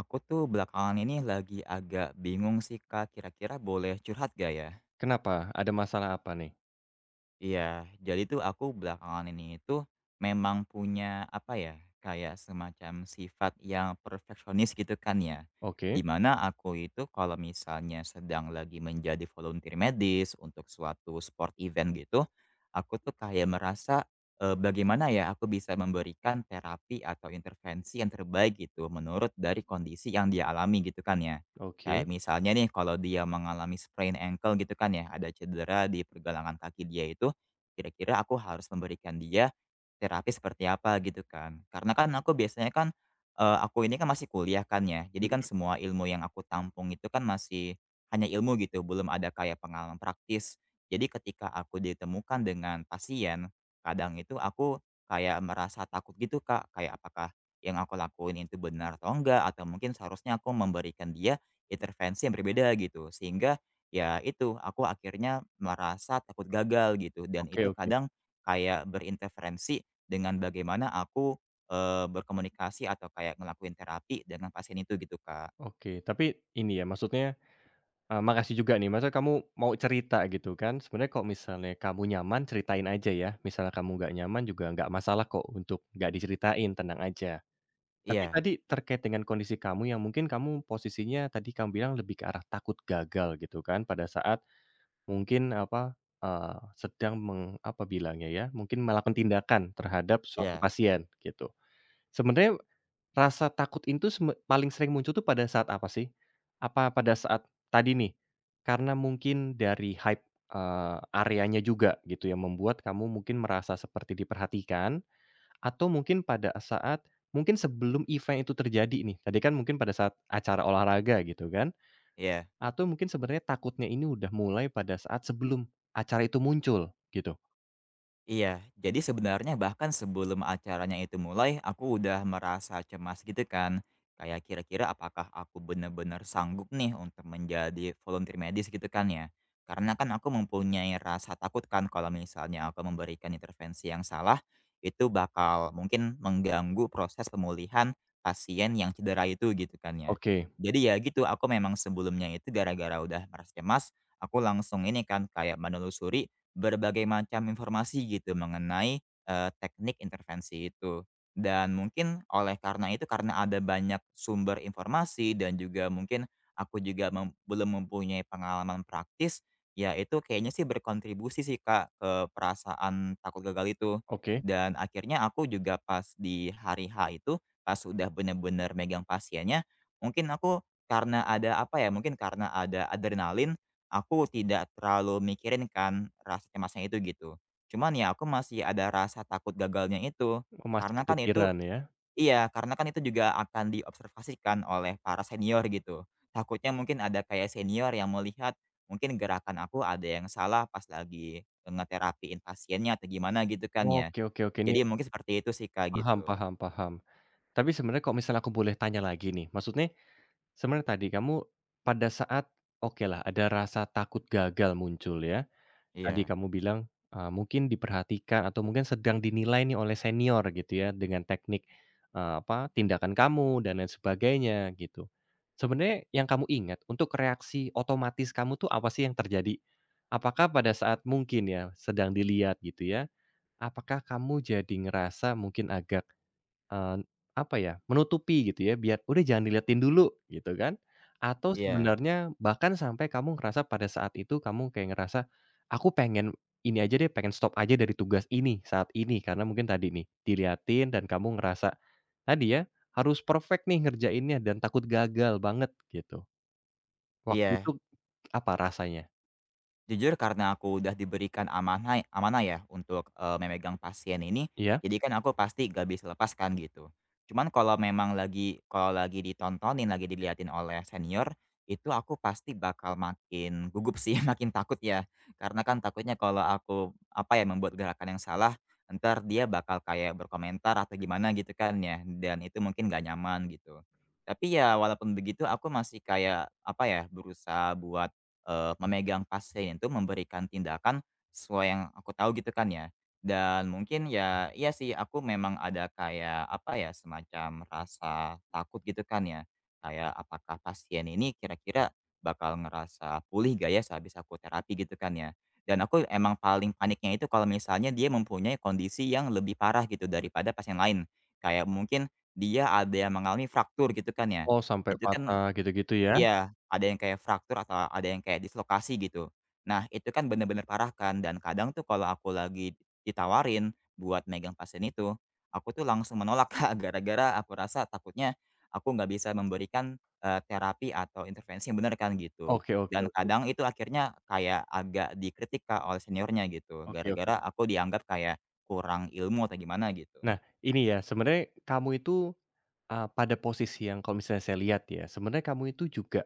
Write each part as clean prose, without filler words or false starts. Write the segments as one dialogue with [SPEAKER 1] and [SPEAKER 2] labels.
[SPEAKER 1] Aku tuh belakangan ini lagi agak bingung sih Kak, kira-kira boleh curhat gak ya?
[SPEAKER 2] Kenapa? Ada masalah apa nih?
[SPEAKER 1] Iya, jadi tuh aku belakangan ini itu memang punya apa ya, kayak semacam sifat yang perfeksionis gitu kan ya.
[SPEAKER 2] Oke,
[SPEAKER 1] Dimana aku itu kalau misalnya sedang lagi menjadi volunteer medis untuk suatu sport event gitu, aku tuh kayak merasa bagaimana ya aku bisa memberikan terapi atau intervensi yang terbaik gitu menurut dari kondisi yang dia alami gitu kan ya. Kayak
[SPEAKER 2] oke,
[SPEAKER 1] misalnya nih kalau dia mengalami sprain ankle gitu kan ya, ada cedera di pergelangan kaki dia itu kira-kira aku harus memberikan dia terapi seperti apa gitu kan. Karena kan aku biasanya kan, aku ini kan masih kuliah kan ya, jadi kan
[SPEAKER 2] mhm,
[SPEAKER 1] semua ilmu yang aku tampung itu kan masih hanya ilmu gitu, belum ada kayak pengalaman praktis. Jadi ketika aku ditemukan dengan pasien, kadang itu aku kayak merasa takut gitu Kak, kayak apakah yang aku lakuin itu benar atau enggak, atau mungkin seharusnya aku memberikan dia intervensi yang berbeda gitu. Ya itu, aku akhirnya merasa takut gagal gitu dan
[SPEAKER 2] oke,
[SPEAKER 1] itu
[SPEAKER 2] oke,
[SPEAKER 1] kadang kayak berinterferensi dengan bagaimana aku, berkomunikasi atau kayak ngelakuin terapi dengan pasien itu gitu, Kak.
[SPEAKER 2] oke. Tapi ini ya maksudnya, makasih juga nih maksudnya kamu mau cerita gitu kan. Sebenarnya kalau misalnya kamu nyaman ceritain aja ya, misalnya kamu nggak nyaman juga nggak masalah kok untuk nggak diceritain, tenang aja. Tapi
[SPEAKER 1] Iya,
[SPEAKER 2] tadi terkait dengan kondisi kamu yang mungkin kamu posisinya tadi kamu bilang lebih ke arah takut gagal gitu kan pada saat mungkin apa, sedang meng apa bilangnya ya, mungkin melakukan tindakan terhadap suatu
[SPEAKER 1] iya.
[SPEAKER 2] pasien gitu. Sebenarnya rasa takut itu seme paling sering muncul tuh pada saat apa sih? Apa pada saat tadi nih, karena mungkin dari hype, areanya juga gitu yang membuat kamu mungkin merasa seperti diperhatikan, atau mungkin pada saat mungkin sebelum event itu terjadi nih, tadi kan mungkin pada saat acara olahraga gitu kan,
[SPEAKER 1] Iya.
[SPEAKER 2] atau mungkin sebenarnya takutnya ini udah mulai pada saat sebelum acara itu muncul gitu?
[SPEAKER 1] Iya, jadi sebenarnya bahkan sebelum acaranya itu mulai, aku udah merasa cemas gitu kan. Kayak kira-kira apakah aku benar-benar sanggup nih untuk menjadi volunteer medis gitu kan ya. Karena kan aku mempunyai rasa takut kan kalau misalnya aku memberikan intervensi yang salah, itu bakal mungkin mengganggu proses pemulihan pasien yang cedera itu gitu kan ya.
[SPEAKER 2] Oke,
[SPEAKER 1] Jadi ya gitu, aku memang sebelumnya itu gara-gara udah merasa cemas, aku langsung ini kan kayak menelusuri berbagai macam informasi gitu mengenai, teknik intervensi itu. Dan mungkin oleh karena itu, karena ada banyak sumber informasi dan juga mungkin aku juga belum mempunyai pengalaman praktis, ya itu kayaknya sih berkontribusi sih Kak, ke perasaan takut gagal itu.
[SPEAKER 2] oke,
[SPEAKER 1] Dan akhirnya aku juga pas di hari H itu, pas sudah benar-benar megang pasiennya, mungkin aku karena ada apa ya, mungkin karena ada adrenalin. Aku tidak terlalu mikirin kan rasa cemasnya itu gitu. Cuman ya aku masih ada rasa takut gagalnya itu,
[SPEAKER 2] oh masih
[SPEAKER 1] karena kan itu
[SPEAKER 2] kepikiran ya.
[SPEAKER 1] iya, karena kan itu juga akan diobservasikan oleh para senior gitu. Takutnya mungkin ada kayak senior yang melihat mungkin gerakan aku ada yang salah pas lagi ngeterapiin pasiennya atau gimana gitu kan ya.
[SPEAKER 2] Oke, oke, oke, ini
[SPEAKER 1] Jadi mungkin seperti itu sih Kak
[SPEAKER 2] paham,
[SPEAKER 1] gitu.
[SPEAKER 2] paham, paham. Tapi sebenarnya kalau misalnya aku boleh tanya lagi nih, maksudnya sebenarnya tadi kamu pada saat okelah ada rasa takut gagal muncul ya. Tadi
[SPEAKER 1] Iya,
[SPEAKER 2] kamu bilang, mungkin diperhatikan atau mungkin sedang dinilai nih oleh senior gitu ya dengan teknik, apa, tindakan kamu dan lain sebagainya gitu. Sebenarnya yang kamu ingat untuk reaksi otomatis kamu tuh apa sih yang terjadi? Apakah pada saat mungkin ya sedang dilihat gitu ya, apakah kamu jadi ngerasa mungkin agak Eee, apa ya, menutupi gitu ya, biar, "Udah jangan diliatin dulu," gitu kan. Atau
[SPEAKER 1] iya,
[SPEAKER 2] sebenarnya bahkan sampai kamu ngerasa pada saat itu kamu kayak ngerasa, "Aku pengen ini aja deh, pengen stop aja dari tugas ini, saat ini." Karena mungkin tadi nih, diliatin dan kamu ngerasa tadi ya, harus perfect nih ngerjainnya dan takut gagal banget gitu. Waktu itu
[SPEAKER 1] iya.
[SPEAKER 2] apa rasanya?
[SPEAKER 1] Jujur karena aku udah diberikan amanah amanah ya untuk, memegang pasien ini,
[SPEAKER 2] Iya?
[SPEAKER 1] jadi kan aku pasti gak bisa lepaskan gitu. Cuman kalau lagi ditontonin, lagi diliatin oleh senior, itu aku pasti bakal makin gugup sih, makin takut ya. Karena kan takutnya kalau aku, apa ya, membuat gerakan yang salah, ntar dia bakal kayak berkomentar atau gimana gitu kan ya, dan itu mungkin gak nyaman gitu. Tapi ya walaupun begitu aku masih kayak, apa ya, berusaha buat memegang pasien itu memberikan tindakan sesuai yang aku tahu gitu kan ya. Dan mungkin ya, iya sih aku memang ada kayak apa ya, semacam rasa takut gitu kan ya. Kayak apakah pasien ini kira-kira bakal ngerasa pulih gak ya sehabis aku terapi gitu kan ya. Dan aku emang paling paniknya itu kalau misalnya dia mempunyai kondisi yang lebih parah gitu daripada pasien lain. Kayak mungkin dia ada yang mengalami fraktur gitu kan ya.
[SPEAKER 2] Oh, sampai
[SPEAKER 1] Itu kan
[SPEAKER 2] patah gitu-gitu ya?
[SPEAKER 1] Iya, ada yang kayak fraktur atau ada yang kayak dislokasi gitu. Nah, itu kan bener-bener parah kan dan kadang tuh kalau aku lagi ditawarin buat megang pasien itu, aku tuh langsung menolak Kak, gara-gara aku rasa takutnya aku nggak bisa memberikan, terapi atau intervensi yang bener kan gitu.
[SPEAKER 2] Oke, oke,
[SPEAKER 1] Dan
[SPEAKER 2] oke.
[SPEAKER 1] kadang itu akhirnya kayak agak dikritik Kak, oleh seniornya gitu,
[SPEAKER 2] Oke, oke.
[SPEAKER 1] gara-gara aku dianggap kayak kurang ilmu atau gimana gitu.
[SPEAKER 2] Nah, ini ya, sebenarnya kamu itu pada posisi yang kalau misalnya saya lihat ya, sebenarnya kamu itu juga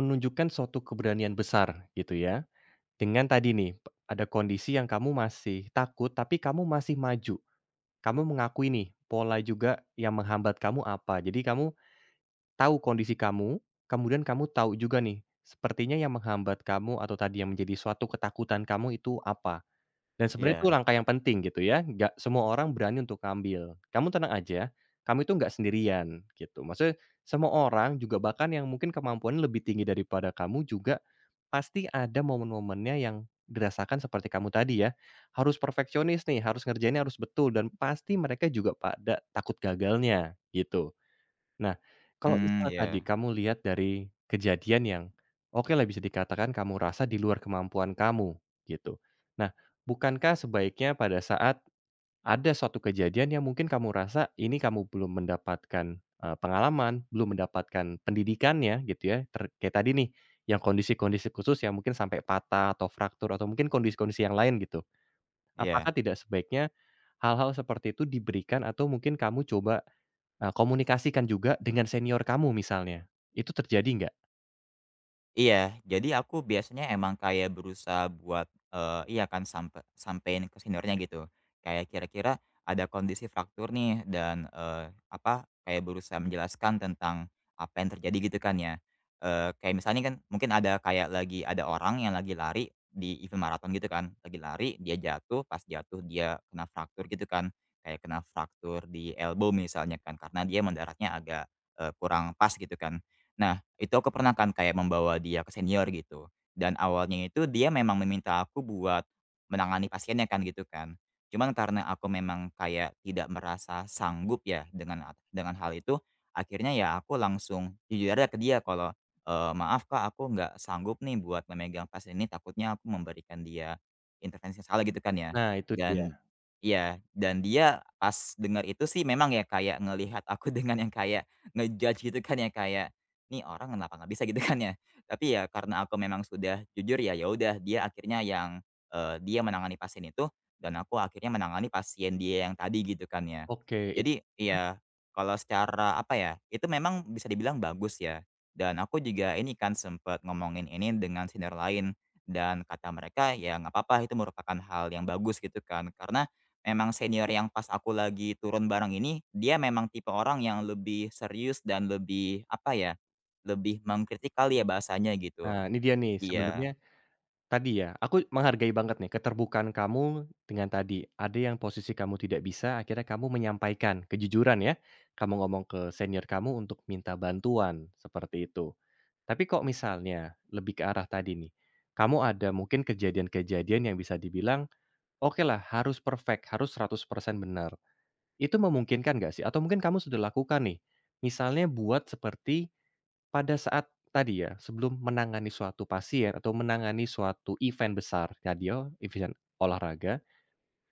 [SPEAKER 2] menunjukkan suatu keberanian besar gitu ya, dengan tadi nih, p ada kondisi yang kamu masih takut, tapi kamu masih maju. Kamu mengakui nih, pola juga yang menghambat kamu apa. Jadi kamu tahu kondisi kamu, kemudian kamu tahu juga nih, sepertinya yang menghambat kamu atau tadi yang menjadi suatu ketakutan kamu itu apa. Dan sebenarnya itu
[SPEAKER 1] Iya,
[SPEAKER 2] langkah yang penting gitu ya, nggak semua orang berani untuk ngambil. Kamu tenang aja, kamu itu nggak sendirian gitu. Maksudnya semua orang juga bahkan yang mungkin kemampuannya lebih tinggi daripada kamu juga, pasti ada momen-momennya yang dirasakan seperti kamu tadi ya. Harus perfeksionis nih, harus ngerjainnya harus betul dan pasti mereka juga pada takut gagalnya gitu. Nah, kalau
[SPEAKER 1] hmm,
[SPEAKER 2] misalnya tadi
[SPEAKER 1] iya,
[SPEAKER 2] kamu lihat dari kejadian yang oke lah bisa dikatakan kamu rasa di luar kemampuan kamu, gitu. Nah, bukankah sebaiknya pada saat ada suatu kejadian yang mungkin kamu rasa ini kamu belum mendapatkan, pengalaman, belum mendapatkan pendidikannya gitu ya, ter kayak tadi nih, yang kondisi-kondisi khusus yang mungkin sampai patah atau fraktur atau mungkin kondisi-kondisi yang lain gitu.
[SPEAKER 1] iya.
[SPEAKER 2] Apakah tidak sebaiknya hal-hal seperti itu diberikan atau mungkin kamu coba. Nah, komunikasikan juga dengan senior kamu misalnya, itu terjadi nggak?
[SPEAKER 1] Iya, jadi aku biasanya emang kayak berusaha buat, iya kan sampein ke seniornya gitu. Kayak kira-kira ada kondisi fraktur nih dan, apa, kayak berusaha menjelaskan tentang apa yang terjadi gitu kan ya. Kayak misalnya kan mungkin ada kayak lagi ada orang yang lagi lari di event maraton gitu kan, lagi lari dia jatuh, pas jatuh dia kena fraktur gitu kan. Kayak kena fraktur di elbow misalnya kan karena dia mendaratnya agak, kurang pas gitu kan. Nah itu aku pernah kan kayak membawa dia ke senior gitu, dan awalnya itu dia memang meminta aku buat menangani pasiennya kan gitu kan. Cuman karena aku memang kayak tidak merasa sanggup ya dengan hal itu, akhirnya ya aku langsung jujur aja ke dia kalau, "Maaf Kak, aku nggak sanggup nih buat memegang pasien ini, takutnya aku memberikan dia intervensi yang salah," gitu kan ya.
[SPEAKER 2] Nah itu dia.
[SPEAKER 1] Dan iya, dan dia pas dengar itu sih memang ya kayak ngelihat aku dengan yang kayak ngejudge judge gitu kan ya, kayak nih orang kenapa nggak bisa gitu kan ya. Tapi ya karena aku memang sudah jujur ya, ya udah dia akhirnya dia menangani pasien itu dan aku akhirnya menangani pasien dia yang tadi gitu kan ya.
[SPEAKER 2] Oke, it
[SPEAKER 1] Jadi ya kalau secara apa ya, itu memang bisa dibilang bagus ya dan aku juga ini kan sempat ngomongin ini dengan senior lain dan kata mereka ya nggak apa-apa itu merupakan hal yang bagus gitu kan. Karena memang senior yang pas aku lagi turun bareng ini, dia memang tipe orang yang lebih serius dan lebih apa ya lebih mengkritik kali ya bahasanya gitu.
[SPEAKER 2] nah ini dia nih
[SPEAKER 1] Iya.
[SPEAKER 2] sebenarnya tadi ya, aku menghargai banget nih keterbukaan kamu dengan tadi, ada yang posisi kamu tidak bisa akhirnya kamu menyampaikan kejujuran ya, kamu ngomong ke senior kamu untuk minta bantuan, seperti itu. Tapi kok misalnya lebih ke arah tadi nih, kamu ada mungkin kejadian-kejadian yang bisa dibilang, oke lah harus perfect, harus 100% benar. Itu memungkinkan nggak sih? Atau mungkin kamu sudah lakukan nih, misalnya buat seperti pada saat tadi ya, sebelum menangani suatu pasien atau menangani suatu event besar, radio, event olahraga,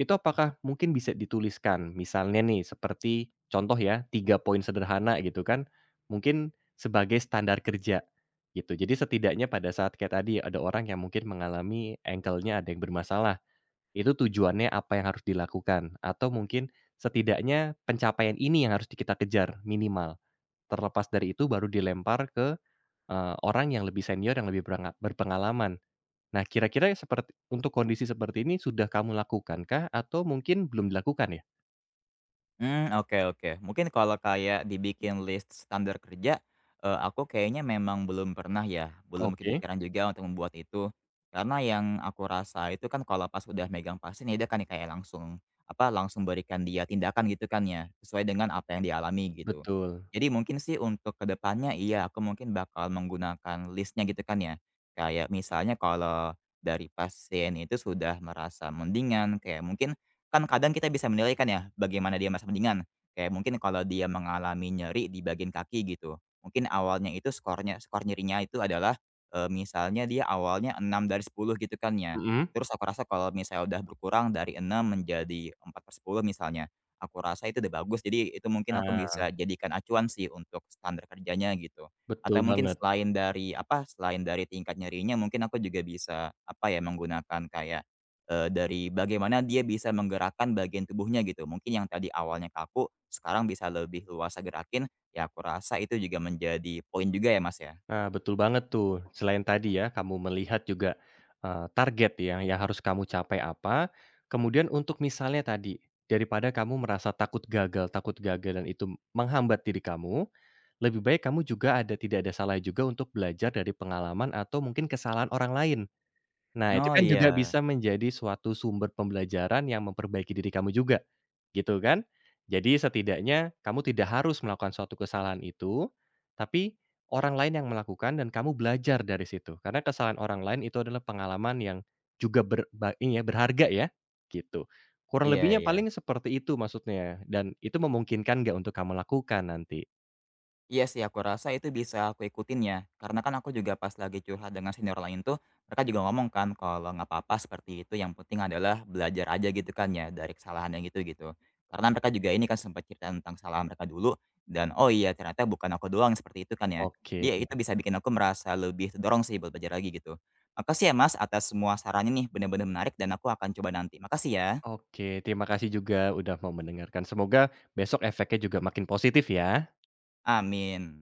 [SPEAKER 2] itu apakah mungkin bisa dituliskan? Misalnya nih, seperti contoh ya, 3 poin sederhana gitu kan, mungkin sebagai standar kerja, gitu. Jadi setidaknya pada saat kayak tadi, ada orang yang mungkin mengalami ankle-nya ada yang bermasalah itu tujuannya apa yang harus dilakukan, atau mungkin setidaknya pencapaian ini yang harus di kita kejar minimal. Terlepas dari itu baru dilempar ke, orang yang lebih senior, yang lebih berenga berpengalaman. Nah, kira-kira seperti untuk kondisi seperti ini sudah kamu lakukankah atau mungkin belum dilakukan ya?
[SPEAKER 1] Hmm, oke, oke. Mungkin kalau kayak dibikin list standar kerja, aku kayaknya memang belum pernah ya, belum
[SPEAKER 2] Oke,
[SPEAKER 1] kepikiran juga untuk membuat itu. Karena yang aku rasa itu kan kalau pas udah megang pasien ya udah kan kayak langsung, apa, langsung berikan dia tindakan gitu kan ya, sesuai dengan apa yang dialami gitu.
[SPEAKER 2] betul.
[SPEAKER 1] Jadi mungkin sih untuk kedepannya iya, aku mungkin bakal menggunakan listnya gitu kan ya. Kayak misalnya kalau dari pasien itu sudah merasa mendingan, kayak mungkin kan kadang kita bisa menilai kan ya, bagaimana dia merasa mendingan. Kayak mungkin kalau dia mengalami nyeri di bagian kaki gitu, mungkin awalnya itu skor nyerinya itu adalah, misalnya dia awalnya 6 dari 10 gitu kan ya.
[SPEAKER 2] Mhm.
[SPEAKER 1] Terus aku rasa kalau misalnya udah berkurang dari 6 menjadi 4 per 10 misalnya, aku rasa itu udah bagus. Jadi itu mungkin aku
[SPEAKER 2] Nah,
[SPEAKER 1] bisa jadikan acuan sih untuk standar kerjanya gitu. Atau
[SPEAKER 2] betul
[SPEAKER 1] mungkin
[SPEAKER 2] banget.
[SPEAKER 1] selain dari apa, selain dari tingkat nyerinya mungkin aku juga bisa, apa ya, menggunakan kayak dari bagaimana dia bisa menggerakkan bagian tubuhnya gitu. Mungkin yang tadi awalnya kaku, sekarang bisa lebih luasa gerakin, ya aku rasa itu juga menjadi poin juga ya, Mas, ya?
[SPEAKER 2] Nah, betul banget tuh. Selain tadi ya, kamu melihat juga, target ya yang harus kamu capai apa, kemudian untuk misalnya tadi, daripada kamu merasa takut gagal dan itu menghambat diri kamu, lebih baik kamu juga ada tidak ada salah juga untuk belajar dari pengalaman atau mungkin kesalahan orang lain. Nah, itu
[SPEAKER 1] Oh
[SPEAKER 2] kan juga
[SPEAKER 1] iya,
[SPEAKER 2] bisa menjadi suatu sumber pembelajaran yang memperbaiki diri kamu juga, gitu kan? Jadi setidaknya kamu tidak harus melakukan suatu kesalahan itu, tapi orang lain yang melakukan dan kamu belajar dari situ. Karena kesalahan orang lain itu adalah pengalaman yang juga ber ba ini ya, berharga ya, gitu. Kurang
[SPEAKER 1] iya,
[SPEAKER 2] lebihnya
[SPEAKER 1] iya.
[SPEAKER 2] paling seperti itu maksudnya dan itu memungkinkan nggak untuk kamu lakukan nanti?
[SPEAKER 1] Iya sih, aku rasa itu bisa aku ikutin ya. Karena kan aku juga pas lagi curhat dengan senior lain tuh, mereka juga ngomong kan kalau nggak apa-apa seperti itu, yang penting adalah belajar aja gitu kan ya dari kesalahan yang gitu gitu. Karena mereka juga ini kan sempat cerita tentang kesalahan mereka dulu dan oh iya ternyata bukan aku doang yang seperti itu kan ya.
[SPEAKER 2] Oke,
[SPEAKER 1] Dia itu bisa bikin aku merasa lebih terdorong sih buat belajar lagi gitu. Makasih ya Mas atas semua sarannya nih, bener-bener menarik dan aku akan coba nanti. Makasih ya.
[SPEAKER 2] oke, terima kasih juga udah mau mendengarkan. Semoga besok efeknya juga makin positif ya.
[SPEAKER 1] Amin.